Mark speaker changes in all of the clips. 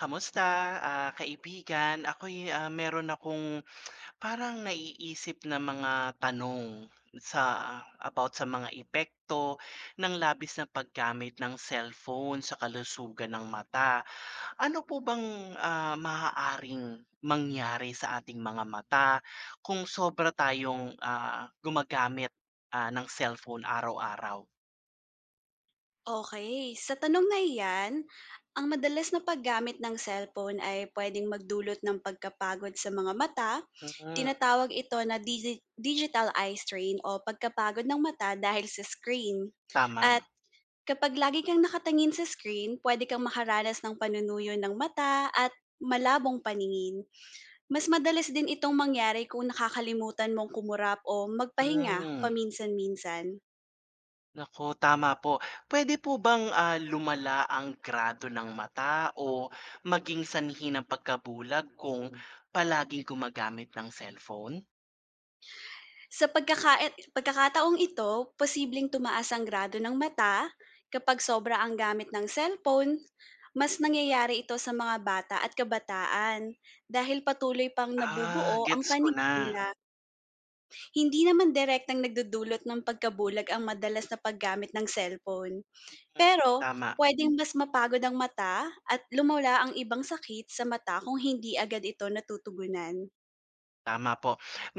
Speaker 1: Kamusta, kaibigan? Ako meron akong parang naiisip na mga tanong sa about sa mga epekto ng labis na paggamit ng cellphone sa kalusugan ng mata. Ano po bang, maaaring mangyari sa ating mga mata kung sobra tayong, gumagamit, ng cellphone araw-araw?
Speaker 2: Okay, sa tanong na iyan, ang madalas na paggamit ng cellphone ay pwedeng magdulot ng pagkapagod sa mga mata.
Speaker 1: Mm,
Speaker 2: Tinatawag ito na digital eye strain o pagkapagod ng mata dahil sa screen.
Speaker 1: tama.
Speaker 2: At kapag lagi kang nakatingin sa screen, pwede kang makaranas ng panunuyo ng mata at malabong paningin. Mas madalas din itong mangyari kung nakakalimutan mong kumurap o magpahinga
Speaker 1: Hmm.
Speaker 2: paminsan-minsan.
Speaker 1: Nako tama po. Pwede po bang, lumala ang grado ng mata o maging sanhi ng pagkabulag kung palaging gumagamit ng cellphone?
Speaker 2: Sa pagkakataong ito, posibleng tumaas ang grado ng mata kapag sobra ang gamit ng cellphone. Mas nangyayari ito sa mga bata at kabataan dahil patuloy pang
Speaker 1: Ah,
Speaker 2: nabubuo ang
Speaker 1: gets ko
Speaker 2: panig
Speaker 1: na.
Speaker 2: nila. Hindi naman direktang nagdudulot ng pagkabulag ang madalas na paggamit ng cellphone.
Speaker 1: Hmm,
Speaker 2: Pero
Speaker 1: tama,
Speaker 2: pwedeng mas mapagod ang mata at lumala ang ibang sakit sa mata kung hindi agad ito natutugunan.
Speaker 1: tama po.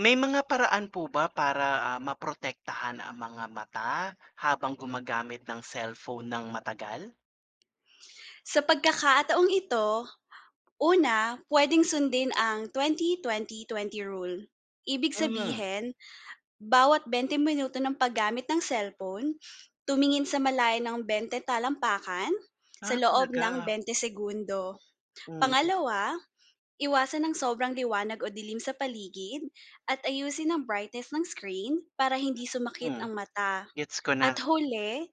Speaker 1: May mga paraan po ba para, maprotektahan ang mga mata habang gumagamit ng cellphone ng matagal?
Speaker 2: Sa pagkakataong ito, una, puwedeng sundin ang 20-20-20 rule. Ibig
Speaker 1: Hmm.
Speaker 2: sabihin, bawat 20 minuto ng paggamit ng cellphone, tumingin sa malayo ng 20 talampakan sa
Speaker 1: Ah,
Speaker 2: loob ng
Speaker 1: talaga?
Speaker 2: 20 segundo.
Speaker 1: Mm,
Speaker 2: Pangalawa, iwasan ng sobrang liwanag o dilim sa paligid at ayusin ang brightness ng screen para hindi sumakit
Speaker 1: hmm.
Speaker 2: ang mata.
Speaker 1: Gets ko na.
Speaker 2: At huli,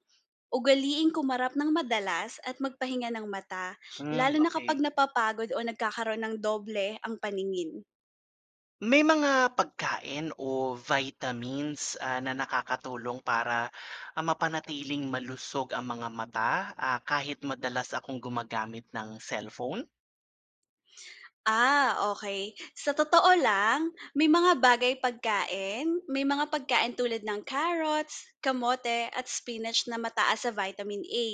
Speaker 2: ugaliing kumarap ng madalas at magpahinga ng mata,
Speaker 1: Hmm,
Speaker 2: lalo na kapag
Speaker 1: okay.
Speaker 2: napapagod o nagkakaroon ng doble ang paningin.
Speaker 1: May mga pagkain o vitamins, na nakakatulong para, mapanatiling malusog ang mga mata, kahit madalas akong gumagamit ng cellphone?
Speaker 2: Okay. Sa totoo lang, may mga bagay pagkain may mga pagkain tulad ng carrots, kamote at spinach na mataas sa vitamin A.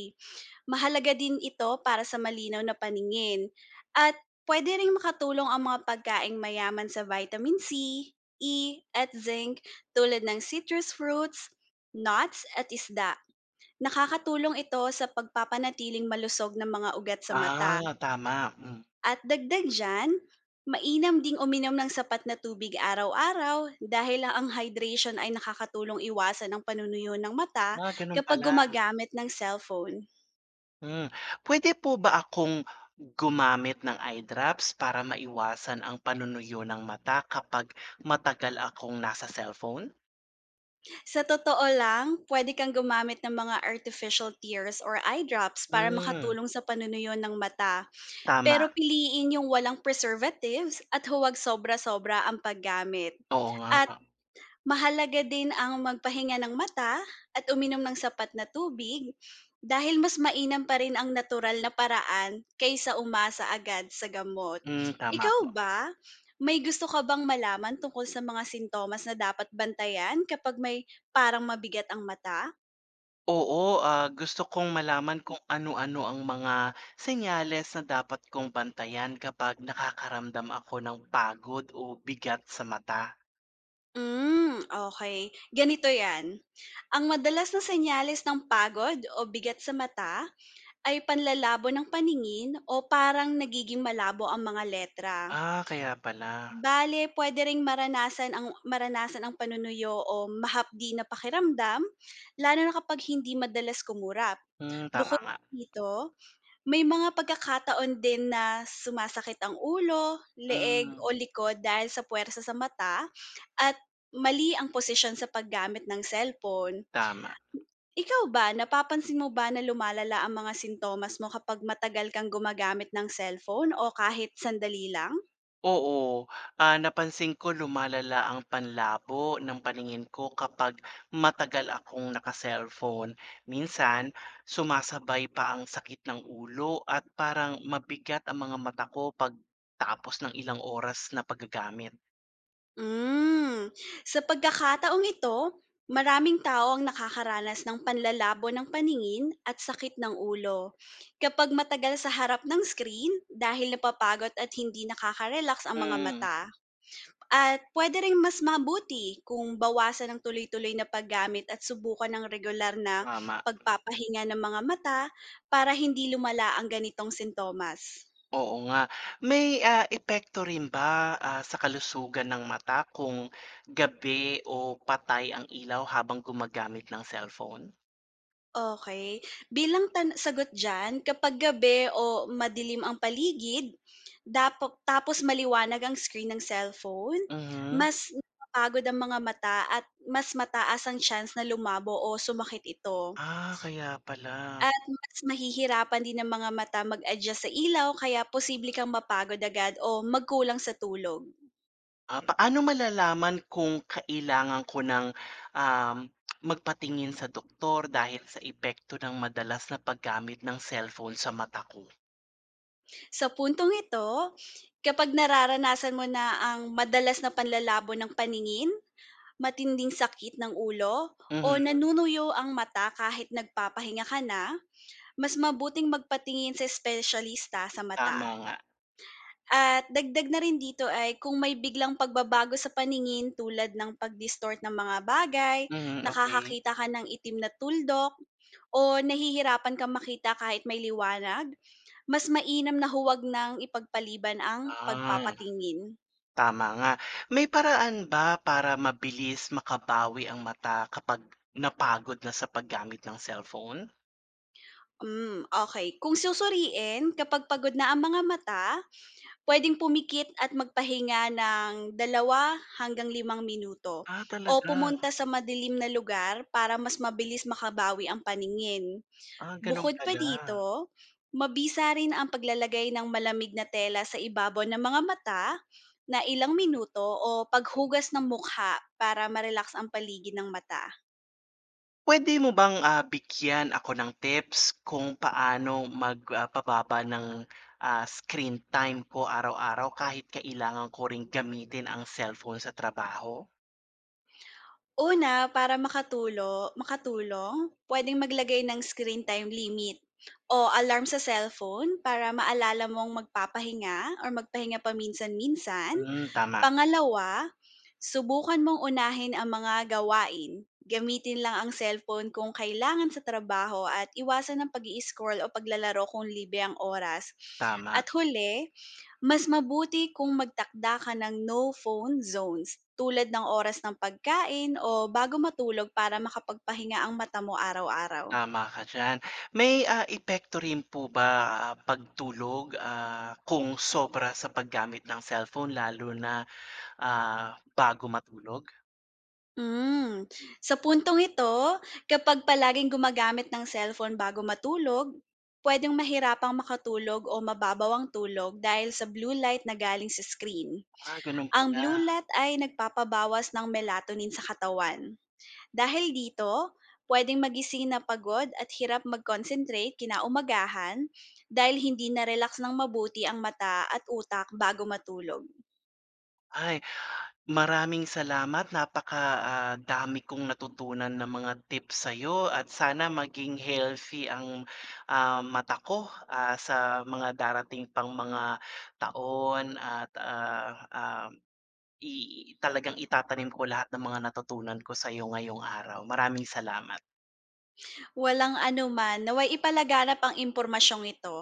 Speaker 2: Mahalaga din ito para sa malinaw na paningin at pwede ring makatulong ang mga pagkaing mayaman sa vitamin C, E, at zinc tulad ng citrus fruits, nuts, at isda. Nakakatulong ito sa pagpapanatiling malusog ng mga ugat sa mata.
Speaker 1: Ah, tama, hmm.
Speaker 2: At dagdag dyan, mainam ding uminom ng sapat na tubig araw-araw dahil ang hydration ay nakakatulong iwasan ang panunuyo ng mata
Speaker 1: Ah, gano'n
Speaker 2: kapag
Speaker 1: pala,
Speaker 2: gumagamit ng cellphone.
Speaker 1: hmm. Pwede po ba akong gumamit ng eye drops para maiwasan ang panunuyo ng mata kapag matagal akong nasa cellphone?
Speaker 2: Sa totoo lang, pwede kang gumamit ng mga artificial tears or eye drops para
Speaker 1: Hmm,
Speaker 2: makatulong sa panunuyo ng mata.
Speaker 1: tama,
Speaker 2: Pero piliin yung walang preservatives at huwag sobra-sobra ang paggamit.
Speaker 1: oo nga,
Speaker 2: At mahalaga din ang magpahinga ng mata at uminom ng sapat na tubig dahil mas mainam pa rin ang natural na paraan kaysa umasa agad sa gamot.
Speaker 1: hmm, tama.
Speaker 2: Ikaw ba, may gusto ka bang malaman tungkol sa mga sintomas na dapat bantayan kapag may parang mabigat ang mata?
Speaker 1: Oo, gusto kong malaman kung ano-ano ang mga senyales na dapat kong bantayan kapag nakakaramdam ako ng pagod o bigat sa mata.
Speaker 2: Okay, ganito 'yan, ang madalas na senyales ng pagod o bigat sa mata ay panlalabo ng paningin o parang nagiging malabo ang mga letra.
Speaker 1: Ah, kaya pala.
Speaker 2: Bale, puwede ring maranasan ang panunuyo o mahapdi na pakiramdam, lalo na kapag hindi madalas kumurap.
Speaker 1: Hmm, tama
Speaker 2: Bukod
Speaker 1: nga.
Speaker 2: pa dito, may mga pagkakataon din na sumasakit ang ulo, leeg
Speaker 1: Hmm,
Speaker 2: o likod dahil sa puwersa sa mata at mali ang posisyon sa paggamit ng cellphone.
Speaker 1: tama.
Speaker 2: Ikaw ba, napapansin mo ba na lumalala ang mga sintomas mo kapag matagal kang gumagamit ng cellphone o kahit sandali lang?
Speaker 1: Oo, napansin ko lumalala ang panlabo ng paningin ko kapag matagal akong naka-cellphone. Minsan, sumasabay pa ang sakit ng ulo at parang mabigat ang mga mata ko pag tapos ng ilang oras na paggagamit.
Speaker 2: Hmm. Sa pagkakataong ito, maraming tao ang nakakaranas ng panlalabo ng paningin at sakit ng ulo kapag matagal sa harap ng screen dahil napapagod at hindi nakaka-relax ang mga
Speaker 1: Mm,
Speaker 2: mata. At pwede rin mas mabuti kung bawasan ng tuloy-tuloy na paggamit at subukan ng regular na
Speaker 1: tama.
Speaker 2: pagpapahinga ng mga mata para hindi lumala ang ganitong sintomas.
Speaker 1: Oo nga. May epekto rin ba sa kalusugan ng mata kung gabi o patay ang ilaw habang gumagamit ng cellphone?
Speaker 2: Okay. Bilang sagot diyan, kapag gabi o madilim ang paligid, tapos maliwanag ang screen ng cellphone,
Speaker 1: Mhm.
Speaker 2: mas napapagod ang mga mata at mas mataas ang chance na lumabo o sumakit ito.
Speaker 1: Ah, kaya pala.
Speaker 2: At mas mahihirapan din ng mga mata mag-adjust sa ilaw kaya posible kang mapagod agad o magkulang sa tulog.
Speaker 1: Ah, paano malalaman kung kailangan ko ng, um, magpatingin sa doktor dahil sa epekto ng madalas na paggamit ng cellphone sa mata ko?
Speaker 2: Sa puntong ito, kapag nararanasan mo na ang madalas na panlalabo ng paningin, matinding sakit ng ulo o
Speaker 1: Mhm,
Speaker 2: nanunuyo ang mata kahit nagpapahinga ka na, mas mabuting magpatingin sa espesyalista sa mata.
Speaker 1: tama nga.
Speaker 2: At dagdag na rin dito ay kung may biglang pagbabago sa paningin tulad ng pag-distort ng mga bagay,
Speaker 1: Mhm, okay.
Speaker 2: nakakakita ka ng itim na tuldok, o nahihirapan kang makita kahit may liwanag, mas mainam na huwag nang ipagpaliban ang
Speaker 1: Ah,
Speaker 2: pagpapatingin.
Speaker 1: tama nga. May paraan ba para mabilis makabawi ang mata kapag napagod na sa paggamit ng cellphone?
Speaker 2: Okay. Kung susuriin, kapag pagod na ang mga mata, puwedeng pumikit at magpahinga ng 2 hanggang 5 minuto
Speaker 1: Ah,
Speaker 2: o
Speaker 1: talaga?
Speaker 2: pumunta sa madilim na lugar para mas mabilis makabawi ang paningin.
Speaker 1: Ah, gano'n
Speaker 2: Bukod pa
Speaker 1: pala.
Speaker 2: dito, mabisa rin ang paglalagay ng malamig na tela sa ibabaw ng mga mata na ilang minuto o paghugas ng mukha para ma-relax ang paligid ng mata.
Speaker 1: Puwede mo bang, bigyan ako ng tips kung paano mag pababa ng, screen time ko araw-araw kahit kailangan ko ring gamitin ang cellphone sa trabaho?
Speaker 2: Una, para makatulong, puwedeng maglagay ng screen time limit o alarm sa cellphone para maalala mong magpapahinga or magpahinga paminsan-minsan.
Speaker 1: Hmm, tama,
Speaker 2: Pangalawa, subukan mong unahin ang mga gawain. Gamitin lang ang cellphone kung kailangan sa trabaho at iwasan ang pag-i-scroll o paglalaro kung libre ang oras.
Speaker 1: tama.
Speaker 2: At huli, mas mabuti kung magtakda ka ng no-phone zones tulad ng oras ng pagkain o bago matulog para makapagpahinga ang mata mo araw-araw.
Speaker 1: Tama ka diyan. May, epekto rin po ba, pagtulog, kung sobra sa paggamit ng cellphone lalo na, bago matulog?
Speaker 2: Mm. Sa puntong ito, kapag palaging gumagamit ng cellphone bago matulog, pwedeng mahirapang makatulog o mababaw ang tulog dahil sa blue light na galing sa screen.
Speaker 1: Ah, gano'n
Speaker 2: Ang
Speaker 1: pala.
Speaker 2: blue light ay nagpapabawas ng melatonin sa katawan. Dahil dito, pwedeng magising na pagod at hirap mag-concentrate kinaumagahan dahil hindi na-relax ng mabuti ang mata at utak bago matulog.
Speaker 1: Ay maraming salamat. Napaka, dami kong natutunan ng mga tips sa sa'yo at sana maging healthy ang, mata ko, sa mga darating pang mga taon at, i talagang itatanim ko lahat ng mga natutunan ko sa'yo ngayong araw. Maraming salamat.
Speaker 2: Walang anuman, naway ipalaganap ang impormasyong ito.